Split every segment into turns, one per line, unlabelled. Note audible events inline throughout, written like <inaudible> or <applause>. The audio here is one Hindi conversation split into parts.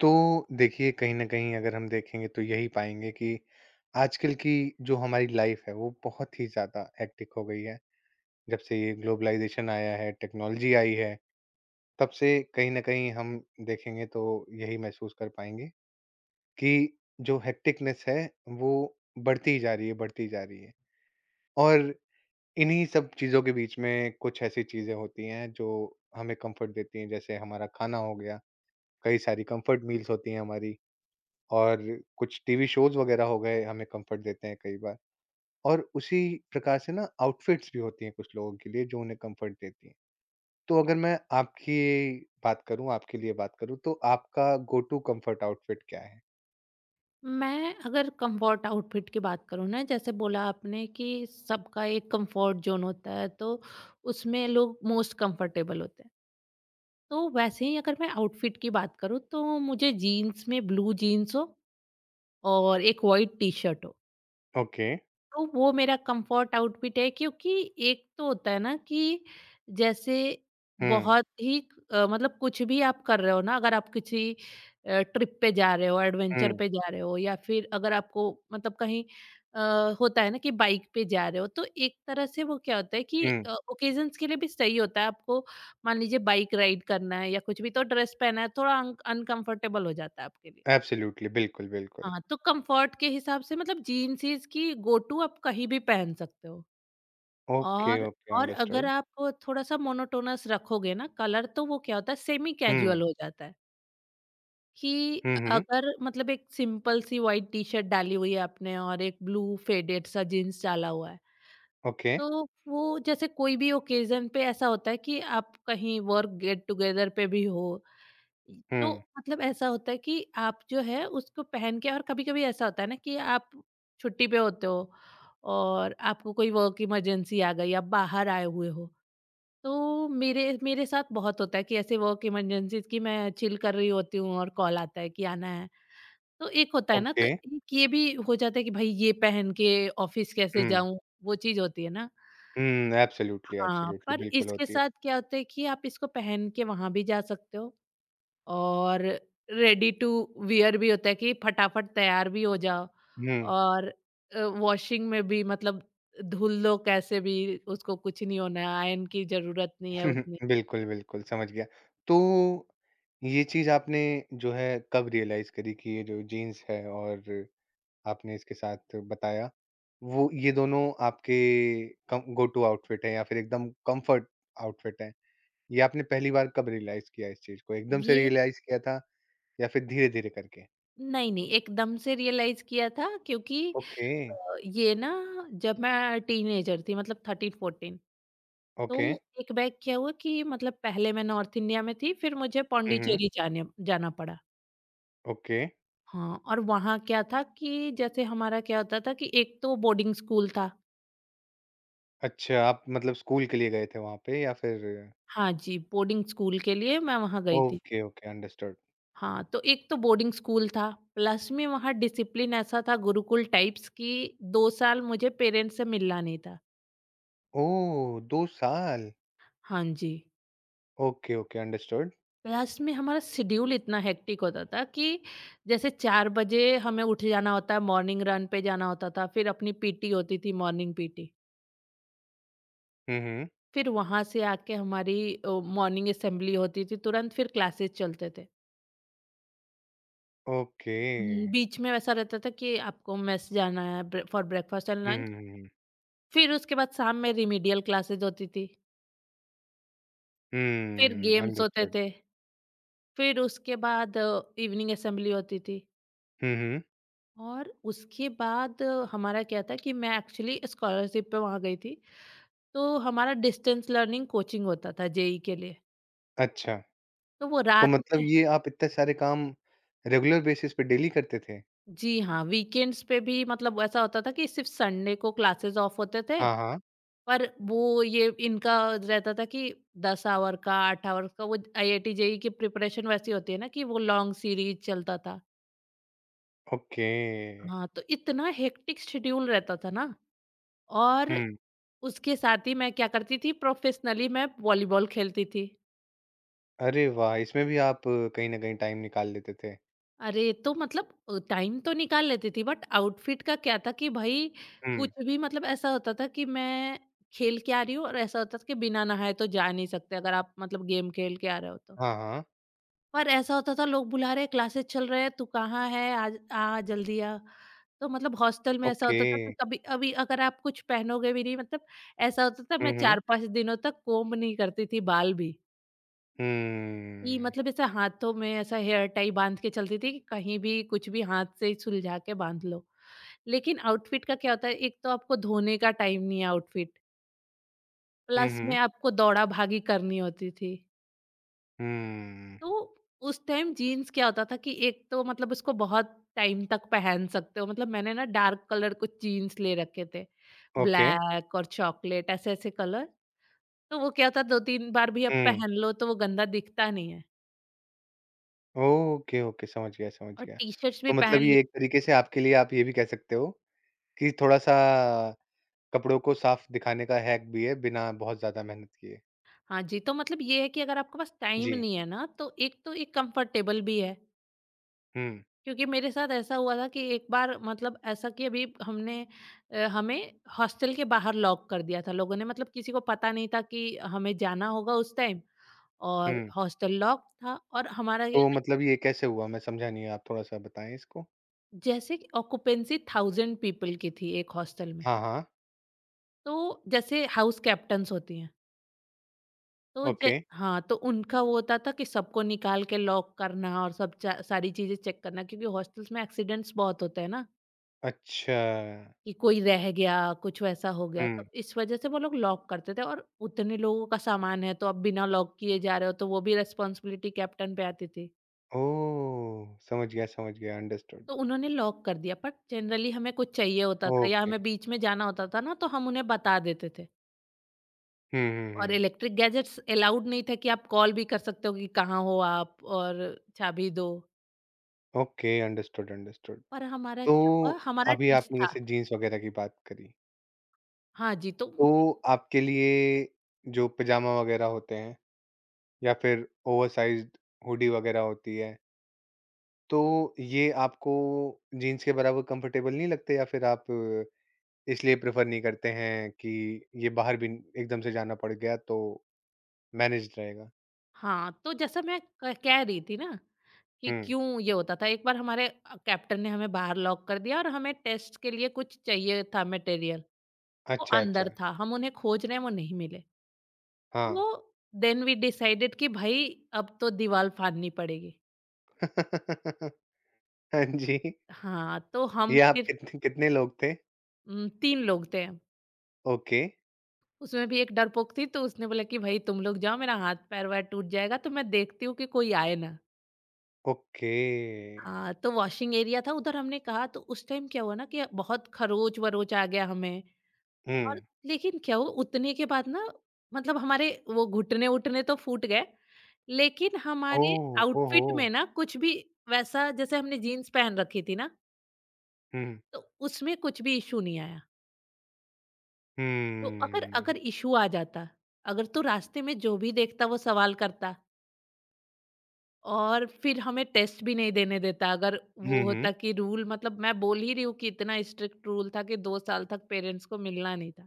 तो देखिए कहीं न कहीं अगर हम देखेंगे तो यही पाएँगे कि आजकल की जो हमारी लाइफ़ है वो बहुत ही ज़्यादा हेक्टिक हो गई है। जब से ये ग्लोबलाइज़ेशन आया है, टेक्नोलॉजी आई है, तब से कहीं न कहीं हम देखेंगे तो यही महसूस कर पाएँगे कि जो हेक्टिकनेस है वो बढ़ती ही जा रही है, बढ़ती जा रही है। और इन्हीं सब चीज़ों के बीच में कुछ ऐसी चीज़ें होती हैं जो हमें कम्फ़र्ट देती हैं जैसे हमारा खाना हो गया, कई सारी कम्फ़र्ट मील्स होती हैं हमारी। और कुछ टीवी शोज वगैरह हो गए हमें कंफर्ट देते हैं कई बार और उसी प्रकार से ना आउटफिट्स भी होती हैं कुछ लोगों के लिए जो उन्हें कंफर्ट देती हैं। तो अगर मैं आपकी बात करूं, आपके लिए बात करूं, तो आपका गो टू कंफर्ट आउटफिट क्या है?
मैं अगर कंफर्ट आउटफिट की बात करूँ ना जैसे बोला आपने कि सबका एक कंफर्ट जोन होता है तो उसमें लोग मोस्ट कंफर्टेबल होते हैं। तो वैसे ही अगर मैं आउटफिट की बात करूँ तो मुझे जीन्स में ब्लू जीन्स हो और एक वाइट टी शर्ट हो।
ओके।
तो वो मेरा कंफर्ट आउटफिट है क्योंकि एक तो होता है ना कि जैसे
हम्म।
बहुत ही मतलब कुछ भी आप कर रहे हो ना, अगर आप किसी ट्रिप पे जा रहे हो, एडवेंचर
हम्म।
पे जा रहे हो या फिर अगर आपको मतलब कहीं होता है ना कि बाइक पे जा रहे हो तो एक तरह से वो क्या होता है कि
हम्म।
ओकेजन्स के लिए भी सही होता है। आपको मान लीजिए बाइक राइड करना है या कुछ भी, तो ड्रेस पहना है थोड़ा अनकंफर्टेबल हो जाता है आपके लिए।
एब्सोल्युटली, बिल्कुल बिल्कुल।
हाँ, तो कम्फर्ट के हिसाब से मतलब जीन्स ईज की गो टू, आप कहीं भी पहन सकते हो।
ओके
और
ओके,
और अगर
अंडरस्टूड।
आप थोड़ा-सा मोनोटोनस रखोगे ना कलर, तो वो क्या होता है सेमी
हम्म।
कैजुअल हो जाता है, कि
हम्म। हम्म।
अगर मतलब एक सिंपल सी व्हाइट टी-शर्ट डाली हुई है आपने और एक ब्लू फेडेड सा जीन्स डाला हुआ है,
ओके।
तो वो जैसे कोई भी ओकेज़न पे ऐसा होता है कि आप कहीं वर्क गेट टुगेदर पे भी हो। इ तो
हम्म।
मतलब ऐसा होता है कि आप जो है उसको पहन के। और कभी-कभी ऐसा होता है ना कि आप छुट्टी पे होते हो और आपको कोई वर्क इमरजेंसी आ गई, आप बाहर आए हुए हो। तो मेरे मेरे साथ बहुत होता है कि ऐसे वर्क इमरजेंसीज़ की मैं चिल कर रही होती हूँ और कॉल आता है कि आना है। तो एक होता है ना,
ओके।
तो एक ये भी हो जाता है कि भाई ये पहन के ऑफ़िस कैसे
हम्म।
जाऊँ? वो चीज़ होती है ना।
एब्सोल्युटली
हाँ,
एब्सोल्युटली,
पर
बिल्कुल
इसके
होती है।
साथ क्या होता है कि आप इसको पहन के वहाँ भी जा सकते हो और रेडी टू वियर भी होता है कि फटाफट तैयार भी हो जाओ।
हम्म।
और वॉशिंग में भी मतलब धुल लो कैसे भी, उसको कुछ नहीं होना है, आयरन की जरूरत नहीं है उतनी।
<laughs> बिल्कुल, बिल्कुल, समझ गया। तो ये चीज़ आपने जो है कब रियलाइज़ करी कि ये जो जीन्स है और आपने इसके साथ बताया, वो ये दोनों आपके कम गो टू आउटफिट हैं या फिर एकदम कम्फर्ट आउटफिट हैं? ये आपने पहली बार कब रियलाइज़ किया इस चीज़ को? एकदम से
ये
रियलाइज़ किया था या फिर धीरे-धीरे करके?
नहीं नहीं, एकदम से रियलाइज किया था क्योंकि
ओके,
ये ना जब मैं टीनेजर थी मतलब थर्टीन फोर्टीन,
ओके।
तो एक बैग क्या हुआ कि मतलब पहले मैं नॉर्थ इंडिया में थी, फिर मुझे
हुँ, हुँ।
पौंडीचेरी जाने जाना पड़ा।
ओके।
हाँ, और वहाँ क्या था कि जैसे हमारा क्या होता था कि एक तो बोर्डिंग स्कूल था।
अच्छा, आप मतलब स्कूल के लिए गए थे वहाँ पे या फिर?
हाँ जी, बोर्डिंग स्कूल के लिए मैं वहाँ गई थी।
Okay, okay, understood.
हाँ, तो एक तो बोर्डिंग स्कूल था, प्लस में वहाँ डिसिप्लिन ऐसा था गुरुकुल टाइप्स कि 2 साल मुझे पेरेंट्स से मिलना नहीं था।
ओह! 2 साल!
हाँ जी,
ओके, ओके, अंडरस्टूड।
प्लस में हमारा शेड्यूल इतना हेक्टिक होता था कि जैसे 4 बजे हमें उठ जाना होता है, मॉर्निंग रन पे जाना होता था, फिर अपनी पीटी होती थी, मॉर्निंग पीटी।
हुँ, हुँ।
फिर वहाँ से आके हमारी मॉर्निंग असेंबली होती थी तुरंत, फिर क्लासेस चलते थे।
ओके।
बीच में वैसा रहता था कि आपको मेस जाना है for breakfast and
hmm,
lunch.
हुँ, हुँ, हुँ।
फिर उसके बाद शाम में रिमीडियल क्लासेस होती थी, फिर
हुँ,
गेम्स होते
अंडरस्टूड।
थे, फिर उसके बाद इवनिंग असेंबली होती थी।
हुँ, हुँ।
और उसके बाद हमारा क्या था कि मैं एक्चुअली स्कॉलरशिप पे वहाँ गई थी, तो हमारा डिस्टेंस लर्निंग कोचिंग होता था जेई के लिए,
अच्छा,
तो वो
तो
रात
मतलब
में।
ये आप इतने सारे काम रेगुलर बेसिस पे डेली करते थे?
जी हाँ, वीकेंड्स पे भी मतलब ऐसा होता था कि सिर्फ़ संडे को क्लासेस ऑफ होते थे,
हाँ, हाँ।
पर वो ये इनका रहता था कि 10 आवर का, 8 आवर का, वो आईआईटी जेईई की प्रिपरेशन वैसी होती है ना कि वो लॉन्ग सीरीज़ चलता था।
ओके।
हाँ, तो इतना हेक्टिक शेड्यूल रहता था ना। और
हुँ।
उसके साथ ही मैं क्या करती थी, प्रोफ़ेशनली मैं वॉलीबॉल खेलती थी।
अरे वाह! इसमें भी आप कहीं न कहीं टाइम निकाल लेते थे।
अरे! तो मतलब टाइम तो निकाल लेती थी, बट आउटफिट का क्या था कि भई
हुँ।
कुछ भी, मतलब ऐसा होता था कि मैं खेल के आ रही हूँ और ऐसा होता था कि बिना नहाए तो जा नहीं सकते, अगर आप मतलब गेम खेल के आ रहे हो तो।
हाँ, हाँ।
पर ऐसा होता था लोग बुला रहे हैं, क्लासेस चल रहे हैं, तू कहाँ है? आज आ, जल्दी आ। तो मतलब हॉस्टल में ऐसा
ओके।
होता था कि कभी अभी अगर आप कुछ पहनोगे भी नहीं, मतलब ऐसा होता था
हुँ,
मैं
हुँ।
4-5 दिनों तक कोम्ब नहीं करती थी बाल भी। कि
हुँ।
मतलब ऐसा हाथों में ऐसा हेयर टाई बांध के चलती थी कि कहीं भी कुछ भी हाथ से सुलझा के बांध लो। लेकिन आउटफिट का क्या होता है, एक तो आपको धोने का टाइम नहीं है आउटफिट,
हुँ,
प्लस में
हुँ।
आपको दौड़ा-भागी करनी होती थी।
हुँ।
तो उस टाइम जीन्स क्या होता था कि एक तो मतलब उसको बहुत टाइम तक पहन सकते हो, मतलब मैंने ना डार्क कलर कुछ जीन्स ले रखे थे,
ओके।
ब्लैक और चॉकलेट ऐसे-ऐसे कलर। तो वो क्या होता, 2-3 बार भी आप
हुँ।
पहन लो तो वो गंदा दिखता नहीं है।
ओके, ओके, समझ गया, समझ
और
गया।
टी-शर्ट्स
तो
भी
मतलब
पहन।
ये एक तरीके से आपके लिए आप ये भी कह सकते हो कि थोड़ा-सा कपड़ों को साफ दिखाने का हैक भी है, बिना बहुत ज़्यादा मेहनत किए।
हाँ जी, तो मतलब ये है कि अगर आपके पास टाइम
जी।
नहीं है ना, तो एक कंफर्टेबल भी है।
हुँ,
क्योंकि मेरे साथ ऐसा हुआ था कि एक बार मतलब ऐसा कि अभी हमने हमें हॉस्टल के बाहर लॉक कर दिया था लोगों ने, मतलब किसी को पता नहीं था कि हमें जाना होगा उस टाइम, और
हुँ।
हॉस्टल लॉक था और हमारा ये
तो
था,
मतलब ये कैसे हुआ? मैं समझा नहीं, आप थोड़ा-सा बताएँ इसको?
जैसे ऑक्यूपेंसी 1000 पीपल की थी एक हॉस्टल में।
हाँ, हाँ।
तो जैसे हाउस कैप्टन्स होती हैं। तो जे
ओके।
हाँ, तो उनका वो होता था कि सबको निकाल के लॉक करना और सब चा सारी चीज़ें चेक करना, क्योंकि हॉस्टल्स में एक्सीडेंट्स बहुत होते हैं ना,
अच्छा।
कि कोई रह गया, कुछ वैसा हो गया,
हुँ।
तो इस वजह से वो लोग लॉक करते थे। और उतने लोगों का सामान है तो अब बिना लॉक किए जा रहे हो तो वो भी रिस्पॉन्सिबिलिटी कैप्टन पे आती थी।
ओह! समझ गया, अंडरस्टूड।
तो उन्होंने लॉक कर दिया, बट जनरली हमें कुछ चाहिए होता था या
ओके।
हमें बीच में जाना होता था ना, तो हम उन्हें बता देते थे।
हुँ, हुँ,
और
हुँ।
इलेक्ट्रिक गैजेट्स अलाउड नहीं था कि आप कॉल भी कर सकते हो कि कहाँ हो आप और चाबी दो।
Okay, understood, understood.
पर हमारा
तो
क्या हुआ, हमारा
अभी
टेस्ट
आपने
था।
जैसे जीन्स वगैरह की बात करी,
हाँ जी, तो
तो आपके लिए जो पजामा वगैरह होते हैं या फिर ओवरसाइज़्ड हुडी वगैरह होती है तो ये आपको जीन्स के बराबर कंफर्टेबल नहीं लगते या फिर आप इसलिए प्रेफर नहीं करते हैं कि ये बाहर भी एकदम से जाना पड़ गया तो मैनेज्ड रहेगा?
हाँ, तो जैसा मैं क कह रही थी ना कि
हुँ।
क्यों ये होता था, एक बार हमारे कैप्टन ने हमें बाहर लॉक कर दिया और हमें टेस्ट के लिए कुछ चाहिए था मटेरियल, वो
अच्छा,
अंदर
अच्छा।
था, हम उन्हें खोज रहे हैं, वो नहीं मिले।
हाँ।
वो, देन वी डिसाइडेड कि भाई अब तो दीवार फाड़नी पड़ेगी।
<laughs> हाँ जी।
हाँ, तो हम
ये आप
फिर
कितने कितने लोग थे?
3 लोग थे हम,
ओके,
उसमें भी एक डरपोक थी, तो उसने बोला कि, "भई तुम लोग जाओ, मेरा हाथ-पैर वार टूट जाएगा, तो मैं देखती हूँ कि कोई आए ना।"
ओके।
हाँ, तो वॉशिंग एरिया था उधर, हमने कहा, तो उस टाइम क्या हुआ ना कि बहुत खरोच-वरोच आ गया हमें।
हुँ।
और लेकिन क्या हुआ उतने के बाद ना, मतलब हमारे वो घुटने-वुटने तो फूट गए, लेकिन हमारे
ओह! ओहो!
आउटफिट में ना कुछ भी वैसा, जैसे हमने जीन्स पहन रखी थी ना,
हुँ,
तो उसमें कुछ भी इश्यू नहीं आया। तो अगर
हुँ।
अगर इश्यू आ जाता, अगर, तो रास्ते में जो भी देखता वो सवाल करता। और फिर हमें टेस्ट भी नहीं देने देता, अगर
हुँ,
वो
हुँ।
होता कि रूल, मतलब मैं बोल ही रही हूँ कि इतना स्ट्रिक्ट रूल था कि 2 साल तक पेरेंट्स को मिलना नहीं था।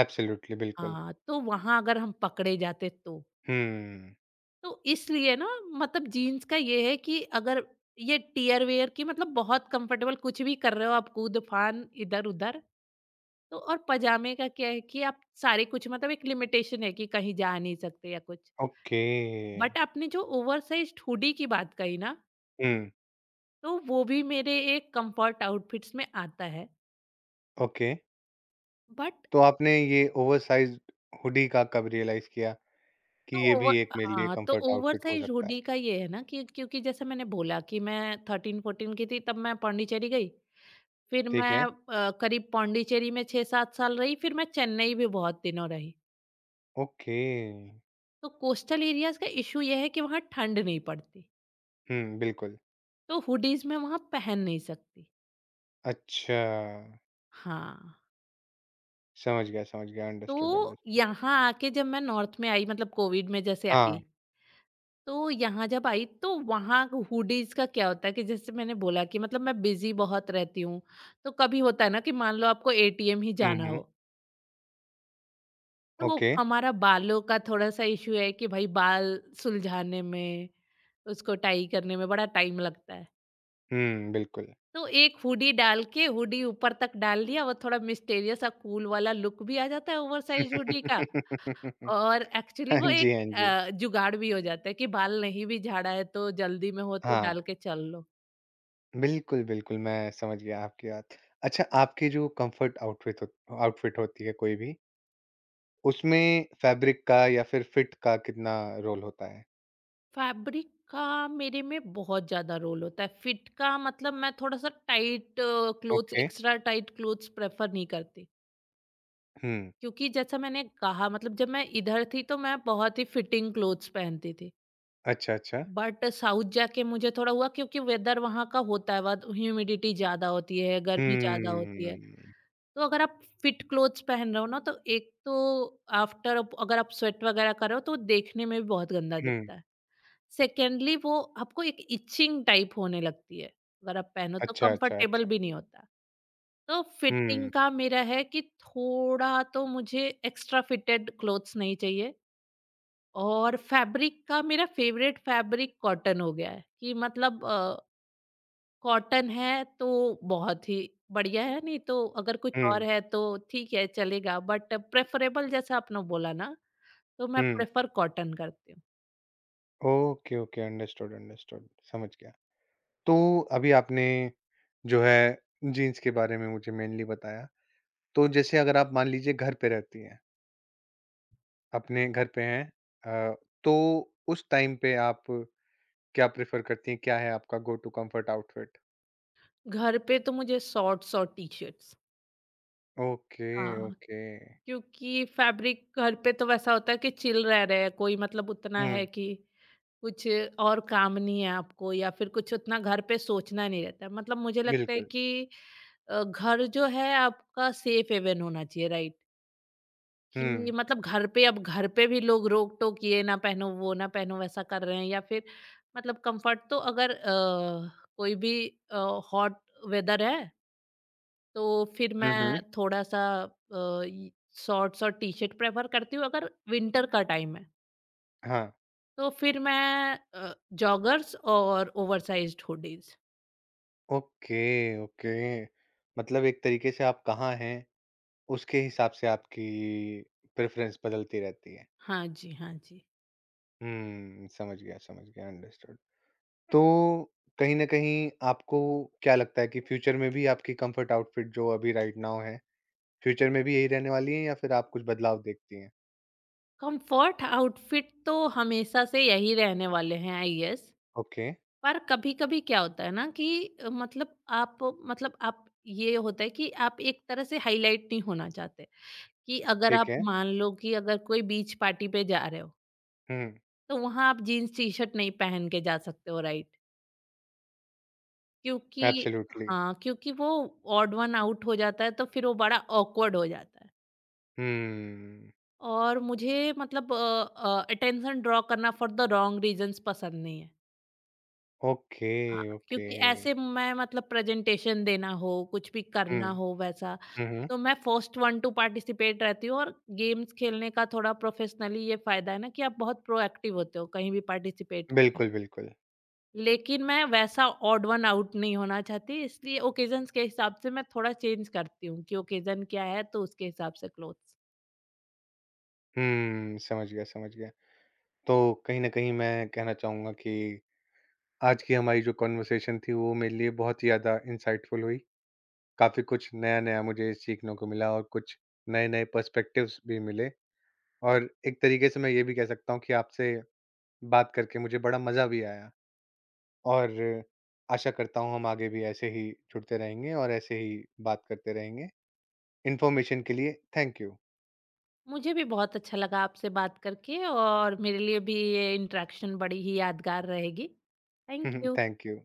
एब्सोल्युटली, बिल्कुल।
हाँ, तो वहाँ अगर हम पकड़े जाते तो।
हुँ।
तो इसलिए ना, मतलब जीन्स का ये है कि अगर ये टियर वेयर की, मतलब बहुत कंफर्टेबल, कुछ भी कर रहे हो आप, कूद-फान इधर-उधर। तो और पजामे का क्या है कि आप सारे कुछ मतलब, एक लिमिटेशन है कि कहीं जा नहीं सकते या कुछ।
ओके।
बट आपने जो ओवरसाइज़्ड हुडी की बात कही ना,
हुँ,
तो वो भी मेरे एक कंफर्ट आउटफिट्स में आता है।
ओके।
बट,
तो आपने ये ओवरसाइज़्ड हुडी का कब रियलाइज़ किया
तो
कि ये भी
ओवर
एक मेरे लिए
हाँ, तो
कंफर्ट आउटफिट हो
ओवरसाइज़
सकता है?
हुडी का ये है ना कि क्योंकि जैसे मैंने बोला कि मैं 13-14 की थी तब मैं पौंडीचेरी गई। फिर
ठीक
मैं
है।
करीब पौंडीचेरी में 6-7 साल रही, फिर मैं चेन्नई भी बहुत दिनों रही।
ओके।
तो कोस्टल एरियाज़ का इश्यू ये है कि वहाँ ठंड नहीं पड़ती,
हुँ, बिल्कुल।
तो हुडीज़ मैं वहाँ पहन नहीं सकती।
अच्छा,
हाँ,
समझ गया, समझ गया।
तो
अंडरस्टूड, अंडरस्टूड।
यहाँ आके जब मैं नॉर्थ में आई, मतलब कोविड में जैसे आई,
हाँ।
तो यहाँ जब आई तो वहाँ हुडीज का क्या होता है कि जैसे मैंने बोला कि मतलब मैं बिजी बहुत रहती हूँ, तो कभी होता है ना कि मान लो आपको एटीएम ही
हुँ,
जाना
हुँ।
हो। तो
ओके।
हमारा बालों का थोड़ा सा इशू है कि भाई बाल सुलझाने में, उसको टाई करने में बड़ा टाइम लगता है।
हुँ, बिल्कुल।
तो एक हुडी डाल के, हुडी ऊपर तक डाल लिया, वो थोड़ा मिस्टेरियस सा कूल वाला लुक भी आ जाता है ओवर साइज हुडी का।
<laughs>
और एक्चुअली
हाँ
वो एक
जी, हाँ जी।
जुगाड़ भी हो जाता है कि बाल नहीं भी झाड़ा है, तो जल्दी में हो तो
हाँ,
डाल के चल लो।
बिल्कुल, बिल्कुल, मैं समझ गया आपकी बात। अच्छा, आपकी जो कंफर्ट आउटफिट हो आउटफिट होती है कोई भी, उसमें फैब्रिक का या फिर फिट का कितना रोल होता है?
फैब्रिक का मेरे में बहुत ज़्यादा रोल होता है। फिट का मतलब मैं थोड़ा-सा tight clothes,
okay.
Extra tight clothes prefer नहीं करती।
हुँ।
क्योंकि जैसा मैंने कहा, मतलब जब मैं इधर थी तो मैं बहुत ही फिटिंग क्लोथ्स पहनती थी।
अच्छा, अच्छा।
बट साउथ जाके मुझे थोड़ा हुआ क्योंकि वेदर वहाँ का होता है, बहुत ह्यूमिडिटी ज़्यादा होती है, गर्मी ज़्यादा होती है।
हम्म,
तो अगर आप फिट क्लोथ्स पहन रहे हो ना, तो एक तो आफ्टर अगर आप स्वेट वगैरह कर रहे हो तो देखने में भी बहुत गंदा
हुँ।
दिखता है। सेकेंडली वो आपको एक इचिंग टाइप होने लगती है। अगर आप पहनो तो
अच्छा, अच्छा,
कंफर्टेबल
अच्छा।
भी नहीं होता। तो फिटिंग
हुँ,
का मेरा है कि थोड़ा तो मुझे एक्स्ट्रा फिटेड क्लोथ्स नहीं चाहिए। और फैब्रिक का मेरा फेवरेट फैब्रिक कॉटन हो गया है कि मतलब कॉटन है तो बहुत ही बढ़िया है, नहीं तो अगर कुछ और
हुँ,
है तो ठीक है चलेगा, बट प्रेफ़रेबल जैसा आपने बोला ना, तो मैं
हुँ।
प्रेफ़र कॉटन करती हूँ।
Okay, okay. Understood, understood. समझ गया। तो अभी आपने जो है जीन्स के बारे में मुझे मेनली बताया। तो जैसे अगर आप मान लीजिए घर पे रहती हैं, अपने घर पे हैं, अ, तो उस टाइम पे आप क्या प्रेफ़र करती हैं? क्या है आपका गो टू कम्फर्ट आउटफिट?
घर पे तो मुझे शॉर्ट्स और टी-शर्ट्स।
ओके,
हाँ,
ओके।
क्योंकि फैब्रिक घर पे तो वैसा होता है कि चिल रह रहे हैं, कोई मतलब उतना है
हुँ,
कि कुछ और काम नहीं है आपको, या फिर कुछ उतना घर पे सोचना नहीं रहता है। मतलब मुझे लगता है
बिल्कुल।
कि घर जो है आपका सेफ हेवन होना चाहिए, राइट? कि
हुँ।
मतलब घर पे, अब घर पे भी लोग रोक-टोक, ये ना पहनो, वो ना पहनो, वैसा कर रहे हैं। या फिर मतलब कंफर्ट, तो अगर कोई भी अ, हॉट वेदर है तो फिर
हुँ,
मैं
हुँ।
थोड़ा-सा अ, इ शॉर्ट्स और टी-शर्ट प्रेफ़र करती हूँ। अगर विंटर का टाइम है
हाँ।
तो फिर मैं जॉगर्स और ओवरसाइज़्ड हुडीज़।
ओके, ओके, मतलब एक तरीके से आप कहाँ हैं उसके हिसाब से आपकी प्रेफरेंस बदलती रहती है।
हाँ जी, हाँ जी।
हम्म, समझ गया समझ गया, अंडरस्टूड। तो कहीं ना कहीं आपको क्या लगता है कि फ्यूचर में भी आपकी कंफर्ट आउटफिट जो अभी राइट नाउ है, फ्यूचर में भी यही रहने वाली है या फिर आप कुछ बदलाव देखती हैं?
कंफर्ट आउटफिट तो हमेशा से यही रहने वाले हैं आई गेस।
ओके।
पर कभी-कभी क्या होता है ना कि मतलब आप आप, ये होता है कि आप एक तरह से हाइलाइट नहीं होना चाहते कि अगर
ठीक
आप
है।
मान लो कि अगर कोई बीच पार्टी पे जा रहे हो,
हम्म।
तो वहाँ आप जीन्स टी-शर्ट नहीं पहन के जा सकते हो, राइट? क्योंकि,
एब्सोल्युटली।
हाँ, क्योंकि वो ऑड वन आउट हो जाता है, तो फिर वो बड़ा ऑकवर्ड हो जाता है।
हम्म।
और मुझे मतलब अटेंशन ड्रॉ करना फॉर द रॉन्ग रीज़न्स पसंद नहीं है।
ओके।
हाँ,
ओके।
क्योंकि ऐसे मैं मतलब प्रेज़ेंटेशन देना हो, कुछ भी करना
हम्म।
हो वैसा,
हम्म।
तो मैं फर्स्ट वन टू पार्टिसिपेट रहती हूँ। और गेम्स खेलने का थोड़ा प्रोफेशनली ये फायदा है ना कि आप बहुत प्रोएक्टिव होते हो कहीं भी पार्टिसिपेट करने में।
बिल्कुल बिल्कुल।
लेकिन मैं वैसा ऑड वन आउट नहीं होना चाहती, इसलिए ओकेजन्स के हिसाब से मैं थोड़ा चेंज करती हूँ कि ओकेजन क्या है, तो उसके हिसाब से क्लोथ्स।
हम्म, समझ गया समझ गया। तो कहीं न कहीं मैं कहना चाहूँगा कि आज की हमारी जो कन्वर्सेशन थी वो मेरे लिए बहुत ही ज़्यादा इंसाइटफुल हुई। काफ़ी कुछ नया-नया मुझे सीखने को मिला और कुछ नए-नए पर्सपेक्टिव्स भी मिले और एक तरीके से मैं ये भी कह सकता हूँ कि आपसे बात करके मुझे बड़ा मज़ा भी आया। और आशा करता हूँ हम आगे भी ऐसे ही जुड़ते रहेंगे और ऐसे ही बात करते रहेंगे। इन्फॉर्मेशन के लिए थैंक यू।
मुझे भी बहुत अच्छा लगा आपसे बात करके, और मेरे लिए भी ये इंटरेक्शन बड़ी ही यादगार रहेगी।
<laughs>
Thank you.
Thank you.